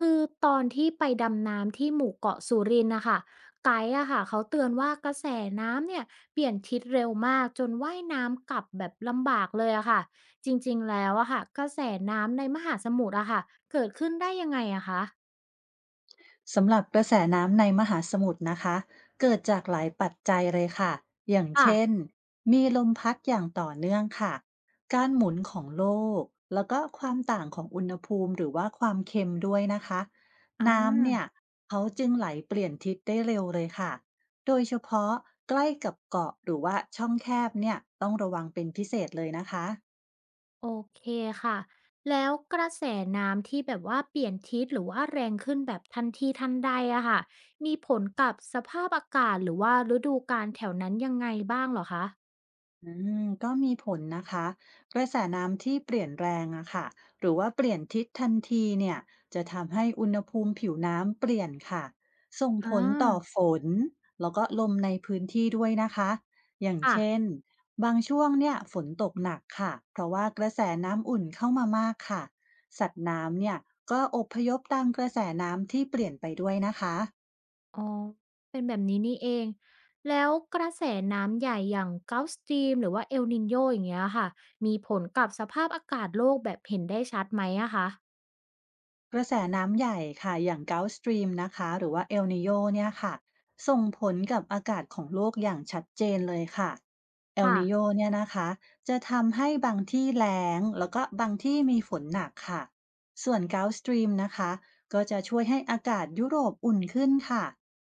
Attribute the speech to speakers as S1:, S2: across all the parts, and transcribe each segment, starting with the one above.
S1: คือตอนที่ไปดำน้ำที่หมู่เกาะสุรินทร์นะคะไกด์อะค่ะเขาเตือนว่ากระแสน้ำเนี่ยเปลี่ยนทิศเร็วมากจนว่ายน้ำกลับแบบลำบากเลยอะค่ะจริงๆแล้วอะค่ะกระแสน้ำในมหาสมุทรอะค่ะเกิดขึ้นได้ยังไงอะคะ
S2: สำหรับกระแสน้ำในมหาสมุทรนะคะเกิดจากหลายปัจจัยเลยค่ะอย่าง
S1: ค่ะ
S2: เช่นมีลมพัดอย่างต่อเนื่องค่ะการหมุนของโลกแล้วก็ความต่างของอุณหภูมิหรือว่าความเค็มด้วยนะคะ
S1: อา
S2: น้ำเนี่ยเขาจึงไหลเปลี่ยนทิศได้เร็วเลยค่ะโดยเฉพาะใกล้กับเกาะหรือว่าช่องแคบเนี่ยต้องระวังเป็นพิเศษเลยนะคะ
S1: โอเคค่ะแล้วกระแสน้ำที่แบบว่าเปลี่ยนทิศหรือว่าแรงขึ้นแบบทันทีทันใดอะค่ะมีผลกับสภาพอากาศหรือว่าฤดูกาลแถวนั้นยังไงบ้างเหรอคะ
S2: อืก็มีผลนะคะกระแสน้ำที่เปลี่ยนแรงอะค่ะหรือว่าเปลี่ยนทิศทันทีเนี่ยจะทำให้อุณหภูมิผิวน้ำเปลี่ยนค่ะส่งผ
S1: อา
S2: ลต่อฝนแล้วก็ลมในพื้นที่ด้วยนะคะอย่าง
S1: ค่ะ
S2: เช่นบางช่วงเนี่ยฝนตกหนักค่ะเพราะว่ากระแสน้ำอุ่นเข้ามามากค่ะสัตว์น้ำเนี่ยก็อพยพตามกระแสน้ำที่เปลี่ยนไปด้วยนะคะ
S1: อ๋อเป็นแบบนี้นี่เองแล้วกระแสน้ำใหญ่อย่าง Gulf Stream หรือว่า El Niño อย่างเงี้ยค่ะมีผลกับสภาพอากาศโลกแบบเห็นได้ชัดไหมอะคะ
S2: กระแสน้ำใหญ่ค่ะอย่าง Gulf Stream นะคะหรือว่า El Niño เนี่ยค่ะส่งผลกับอากาศของโลกอย่างชัดเจนเลยค่ะ El
S1: ค่ะ
S2: Niño เนี่ยนะคะจะทำให้บางที่แล้งแล้วก็บางที่มีฝนหนักค่ะส่วน Gulf Stream นะคะก็จะช่วยให้อากาศยุโรปอุ่นขึ้นค่ะ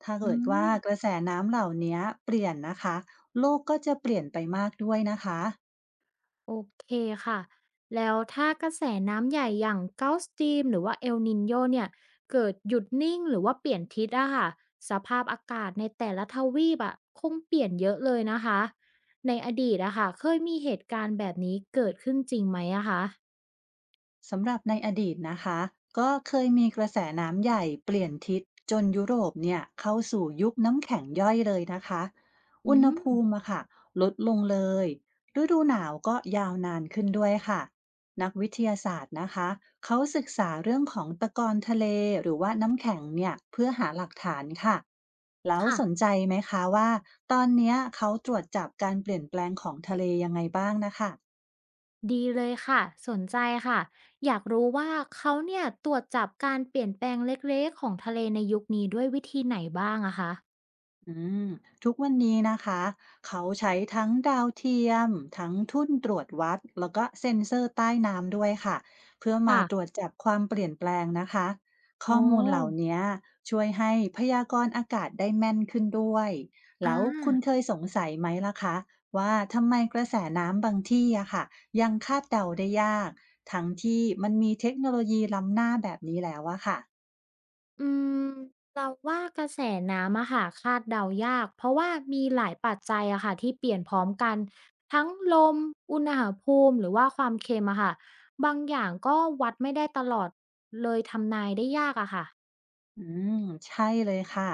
S2: ถ้า
S1: อื
S2: เกิดว่า
S1: ม
S2: กระแสน้ำเหล่านี้เปลี่ยนนะคะโลกก็จะเปลี่ยนไปมากด้วยนะคะ
S1: โอเคค่ะแล้วถ้ากระแสน้ำใหญ่อย่าง Gulf Stream หรือว่า El Niño เนี่ยเกิดหยุดนิ่งหรือว่าเปลี่ยนทิศอะค่ะสภาพอากาศในแต่ละทวีปอะคงเปลี่ยนเยอะเลยนะคะในอดีตอะค่ะเคยมีเหตุการณ์แบบนี้เกิดขึ้นจริงไหมอะคะ
S2: สำหรับในอดีตนะคะก็เคยมีกระแสน้ำใหญ่เปลี่ยนทิศจนยุโรปเนี่ยเข้าสู่ยุคน้ำแข็งย่อยเลยนะคะ
S1: อื
S2: อุณหภู
S1: ม
S2: มิอะค่ะลดลงเลยฤดูหนาวก็ยาวนานขึ้นด้วยค่ะนักวิทยาศาสตร์นะคะเขาศึกษาเรื่องของตะกอนทะเลหรือว่าน้ำแข็งเนี่ยเพื่อหาหลักฐานค่ะแล้ว
S1: ค่ะ
S2: สนใจไหมคะว่าตอนเนี้ยเขาตรวจจับการเปลี่ยนแปลงของทะเลยังไงบ้างนะคะ
S1: ดีเลยค่ะสนใจค่ะอยากรู้ว่าเขาเนี่ยตรวจจับการเปลี่ยนแปลงเล็กๆของทะเลในยุคนี้ด้วยวิธีไหนบ้างอะคะ
S2: อืมทุกวันนี้นะคะเขาใช้ทั้งดาวเทียมทั้งทุ่นตรวจวัดแล้วก็เซ็นเซอร์ใต้น้ำด้วยค่ะเพื่อมา
S1: ค่ะ
S2: ตรวจจับความเปลี่ยนแปลงนะคะ
S1: อ๋
S2: ข้
S1: อ
S2: อมูลเหล่านี้ช่วยให้พยากรณ์อากาศได้แม่นขึ้นด้วยแล้
S1: อ่า
S2: วคุณเคยสงสัยไหมล่ะคะว่าทำไมกระแสน้ำบางที่อะค่ะยังคาดเดาได้ยากทั้งที่มันมีเทคโนโลยีล้ำหน้าแบบนี้แล้วอะค่ะ
S1: อืมเราว่ากระแสน้ำอะค่ะคาดเดายากเพราะว่ามีหลายปัจจัยอะค่ะที่เปลี่ยนพร้อมกันทั้งลมอุณหภูมิหรือว่าความเค็มอะค่ะบางอย่างก็วัดไม่ได้ตลอดเลยทำนายได้ยากอะค่ะ
S2: อืมใช่เลยค่ะ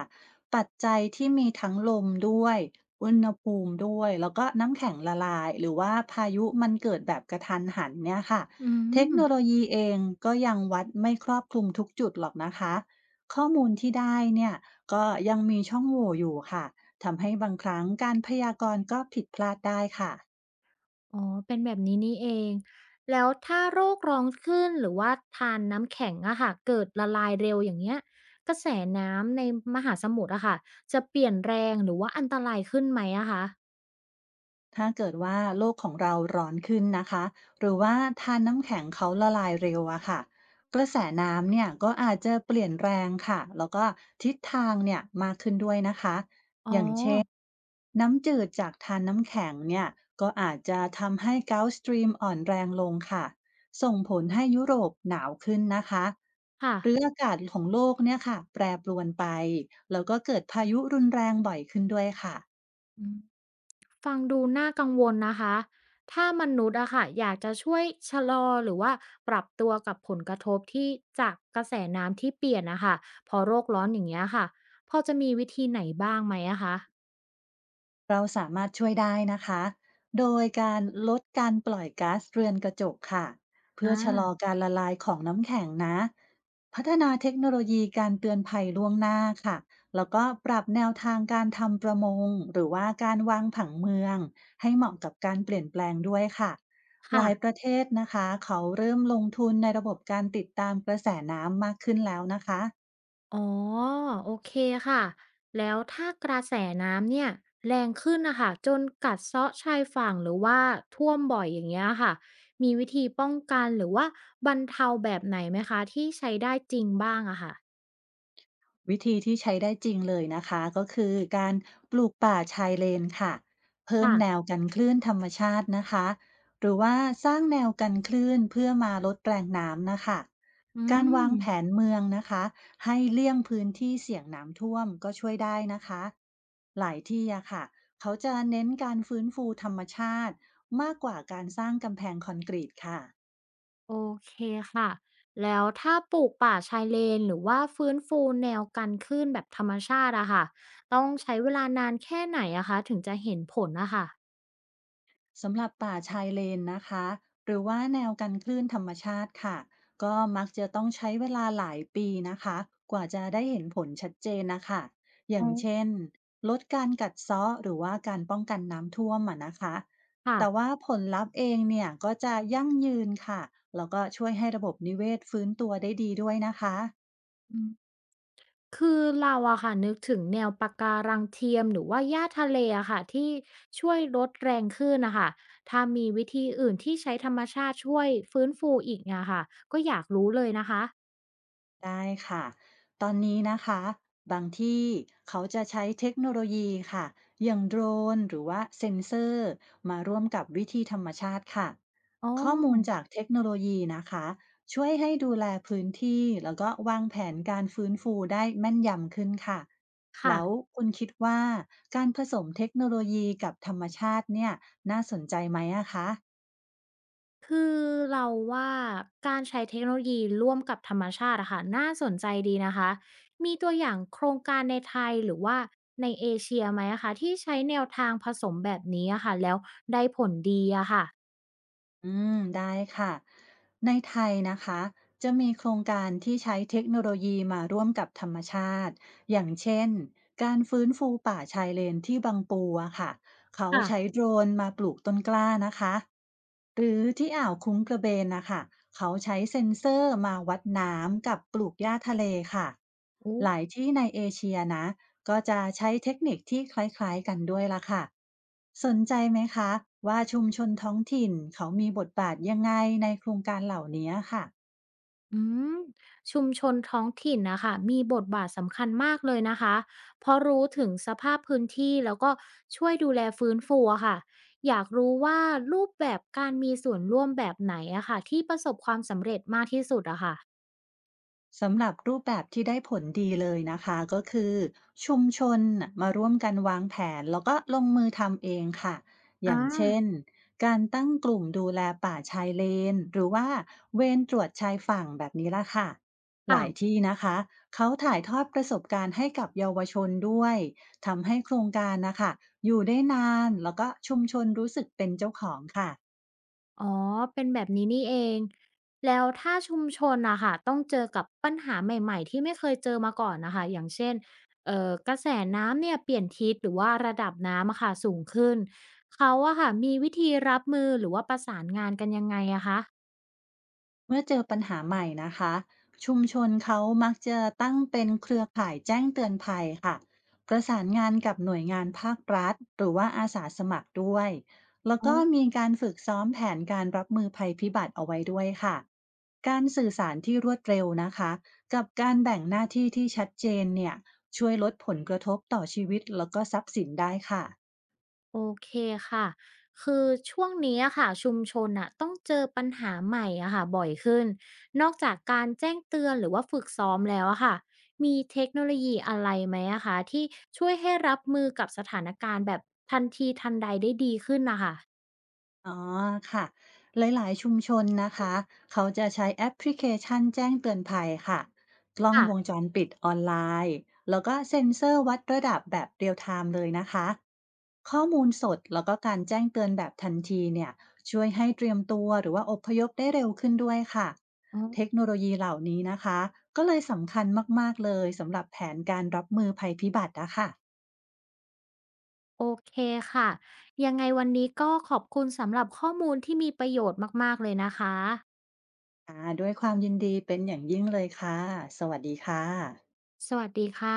S2: ปัจจัยที่มีทั้งลมด้วยอุณหภูมิด้วยแล้วก็น้ำแข็งละลายหรือว่าพายุมันเกิดแบบกระทันหันเนี่ยค่ะ
S1: อื
S2: เทค
S1: ม
S2: โนโลยีเองก็ยังวัดไม่ครอบคลุมทุกจุดหรอกนะคะข้อมูลที่ได้เนี่ยก็ยังมีช่องโหว่อยู่ค่ะทำให้บางครั้งการพยากรณ์ก็ผิดพลาดได้ค่ะ
S1: อ๋อ เป็นแบบนี้นี่เอง แล้วถ้าโรคร้องขึ้นหรือว่าทานน้ำแข็งอะค่ะ เกิดละลายเร็วอย่างเงี้ยกระแสน้ำในมหาสมุทรอะค่ะ จะเปลี่ยนแรงหรือว่าอันตรายขึ้นไหมอะคะ
S2: ถ้าเกิดว่าโลกของเราร้อนขึ้นนะคะหรือว่าทานน้ำแข็งเขาละลายเร็วอะค่ะกระแสน้ำเนี่ยก็อาจจะเปลี่ยนแรงค่ะแล้วก็ทิศทางเนี่ยมากขึ้นด้วยนะคะ
S1: อ๋อ
S2: น้ำจืดจากทานน้ำแข็งเนี่ยก็อาจจะทำให้เกาท์สตรีมอ่อนแรงลงค่ะส่งผลให้ยุโรปหนาวขึ้นนะคะ
S1: ค่ะ
S2: หรืออากาศของโลกเนี่ยค่ะแปรปรวนไปแล้วก็เกิดพายุรุนแรงบ่อยขึ้นด้วยค่ะ
S1: อืมฟังดูน่ากังวลนะคะ ถ้ามนุษย์อะค่ะอยากจะช่วยชะลอหรือว่าปรับตัวกับผลกระทบที่จากกระแสน้ำที่เปลี่ยนน่ะค่ะพอโลกร้อนอย่างเงี้ยค่ะพอจะมีวิธีไหนบ้างไหมอะคะ
S2: เราสามารถช่วยได้นะคะ โดยการลดการปล่อยก๊าซเรือนกระจกค่ะ เพื่อ
S1: อา
S2: ชะลอการละลายของน้ำแข็งนะ พัฒนาเทคโนโลยีการเตือนภัยล่วงหน้าค่ะ แล้วก็ปรับแนวทางการทำประมงหรือว่าการวางผังเมืองให้เหมาะกับการเปลี่ยนแปลงด้วยค่ะหลายป
S1: ค่ะ
S2: ระเทศนะคะเขาเริ่มลงทุนในระบบการติดตามกระแสน้ำมากขึ้นแล้วนะคะ
S1: อ๋อโอเคค่ะแล้วถ้ากระแสน้ำเนี่ยแรงขึ้นนะคะจนกัดเซาะชายฝั่งหรือว่าท่วมบ่อยอย่างเงี้ยค่ะมีวิธีป้องกันหรือว่าบรรเทาแบบไหนไหมคะที่ใช้ได้จริงบ้างอะค่ะ
S2: วิธีที่ใช้ได้จริงเลยนะคะก็คือการปลูกป่าชายเลนค่ะเพิ่มแน
S1: ค่ะ
S2: วกันคลื่นธรรมชาตินะคะหรือว่าสร้างแนวกันคลื่นเพื่อมาลดแรงน้ำนะคะ
S1: อื
S2: การวางแผน
S1: ม
S2: เมืองนะคะให้เลี่ยงพื้นที่เสี่ยงน้ำท่วมก็ช่วยได้นะคะหลายที่อะค่ะเขาจะเน้นการฟื้นฟูธรรมชาติมากกว่าการสร้างกำแพงคอนกรีตค่ะ
S1: โอเคค่ะแล้วถ้าปลูกป่าชายเลนหรือว่าฟื้นฟูแนวกันคลื่นแบบธรรมชาติอะค่ะต้องใช้เวลานานแค่ไหนอะคะถึงจะเห็นผลนะคะ
S2: สำหรับป่าชายเลนนะคะหรือว่าแนวกันคลื่นธรรมชาติค่ะก็มักจะต้องใช้เวลาหลายปีนะคะกว่าจะได้เห็นผลชัดเจนนะคะอย่า
S1: อ๋อ
S2: งเช่นลดการกัดเซาะหรือว่าการป้องกันน้ำท่วมอะนะคะแต่
S1: ค่ะ
S2: ว่าผลลัพธ์เองเนี่ยก็จะยั่งยืนค่ะแล้วก็ช่วยให้ระบบนิเวศฟื้นตัวได้ดีด้วยนะคะ
S1: คือเราอะค่ะนึกถึงแนวปะการังเทียมหรือว่าหญ้าทะเลอะค่ะที่ช่วยลดแรงคลื่นนะคะถ้ามีวิธีอื่นที่ใช้ธรรมชาติช่วยฟื้นฟูอีกอะค่ะก็อยากรู้เลยนะคะ
S2: ได้ค่ะตอนนี้นะคะบางที่เขาจะใช้เทคโนโลยีค่ะอย่างโดรนหรือว่าเซ็นเซอร์มาร่วมกับวิธีธรรมชาติค่ะ
S1: อ๋อ
S2: ข้อมูลจากเทคโนโลยีนะคะช่วยให้ดูแลพื้นที่แล้วก็วางแผนการฟื้นฟูได้แม่นยำขึ้นค่ะแล้ว
S1: ค่ะ
S2: คุณคิดว่าการผสมเทคโนโลยีกับธรรมชาติเนี่ยน่าสนใจไหมอะคะ
S1: คือเราว่าการใช้เทคโนโลยีร่วมกับธรรมชาติอะค่ะน่าสนใจดีนะคะมีตัวอย่างโครงการในไทยหรือว่าในเอเชียไหมอะคะที่ใช้แนวทางผสมแบบนี้อะค่ะแล้วได้ผลดีอะค่ะ
S2: อืมได้ค่ะในไทยนะคะจะมีโครงการที่ใช้เทคโนโลยีมาร่วมกับธรรมชาติอย่างเช่นการฟื้นฟูป่าชายเลนที่บางปูอะค่ะเขา
S1: ค่ะ
S2: ใช้โดรนมาปลูกต้นกล้านะคะ หรือที่อ่าวคุ้งกระเบนนะคะเขาใช้เซ็นเซอร์มาวัดน้ำกับปลูกหญ้าทะเลค่ะหลายที่ในเอเชียนะก็จะใช้เทคนิคที่คล้ายๆกันด้วยละค่ะสนใจไหมคะว่าชุมชนท้องถิ่นเขามีบทบาทยังไงในโครงการเหล่านี้ค่ะ
S1: อืมชุมชนท้องถิ่นนะคะมีบทบาทสำคัญมากเลยนะคะเพราะรู้ถึงสภาพพื้นที่แล้วก็ช่วยดูแลฟื้นฟูอะค่ะอยากรู้ว่ารูปแบบการมีส่วนร่วมแบบไหนอะค่ะที่ประสบความสำเร็จมากที่สุดอะค่ะ
S2: สำหรับรูปแบบที่ได้ผลดีเลยนะคะก็คือชุมชนน่ะมาร่วมกันวางแผนแล้วก็ลงมือทำเองค่ะอ
S1: อ่า
S2: ย่างเช่นการตั้งกลุ่มดูแลป่าชายเลนหรือว่าเวรตรวจชายฝั่งแบบนี้ละค่ะหลาย
S1: ค่ะ
S2: ที่นะคะเขาถ่ายทอดประสบการณ์ให้กับเยาวชนด้วยทำให้โครงการนะคะอยู่ได้นานแล้วก็ชุมชนรู้สึกเป็นเจ้าของค่ะ
S1: อ๋อ เป็นแบบนี้นี่เอง แล้วถ้าชุมชนนะค่ะต้องเจอกับปัญหาใหม่ๆที่ไม่เคยเจอมาก่อนนะคะ อย่างเช่น กระแสน้ำเนี่ยเปลี่ยนทิศหรือว่าระดับน้ำอะค่ะสูงขึ้น เขาอะค่ะมีวิธีรับมือหรือว่าประสานงานกันยังไงอะคะ
S2: เมื่อเจอปัญหาใหม่นะคะชุมชนเขามักจะตั้งเป็นเครือข่ายแจ้งเตือนภัยค่ะประสานงานกับหน่วยงานภาครัฐหรือว่าอาสาสมัครด้วยแล้วก็มีการฝึกซ้อมแผนการรับมือภัยพิบัติเอาไว้ด้วยค่ะการสื่อสารที่รวดเร็วนะคะกับการแบ่งหน้าที่ที่ชัดเจนเนี่ยช่วยลดผลกระทบต่อชีวิตแล้วก็ทรัพย์สินได้ค่ะ
S1: โอเคค่ะ คือช่วงนี้อะค่ะชุมชนอะต้องเจอปัญหาใหม่อะค่ะบ่อยขึ้นนอกจากการแจ้งเตือนหรือว่าฝึกซ้อมแล้วอะค่ะ มีเทคโนโลยีอะไรไหมอะคะที่ช่วยให้รับมือกับสถานการณ์แบบทันทีทันใดได้ดีขึ้นนะค่ะ
S2: อ๋อค่ะหลายๆชุมชนนะคะเขาจะใช้แอปพลิเคชันแจ้งเตือนภัยค่ะกล้อง
S1: ค่ะ
S2: วงจรปิดออนไลน์แล้วก็เซ็นเซอร์วัดระดับแบบเรียลไทม์เลยนะคะข้อมูลสดแล้วก็การแจ้งเตือนแบบทันทีเนี่ยช่วยให้เตรียมตัวหรือว่าอพยพได้เร็วขึ้นด้วยค่ะ
S1: อ๋อ
S2: เทคโนโลยีเหล่านี้นะคะก็เลยสำคัญมากๆเลยสำหรับแผนการรับมือภัยพิบัตินะคะ
S1: โอเคค่ะ ยังไงวันนี้ก็ขอบคุณสำหรับข้อมูลที่มีประโยชน์มากๆเลยนะคะ
S2: ด้วยความยินดีเป็นอย่างยิ่งเลยค่ะสวัสดีค่ะ
S1: สวัสดีค่ะ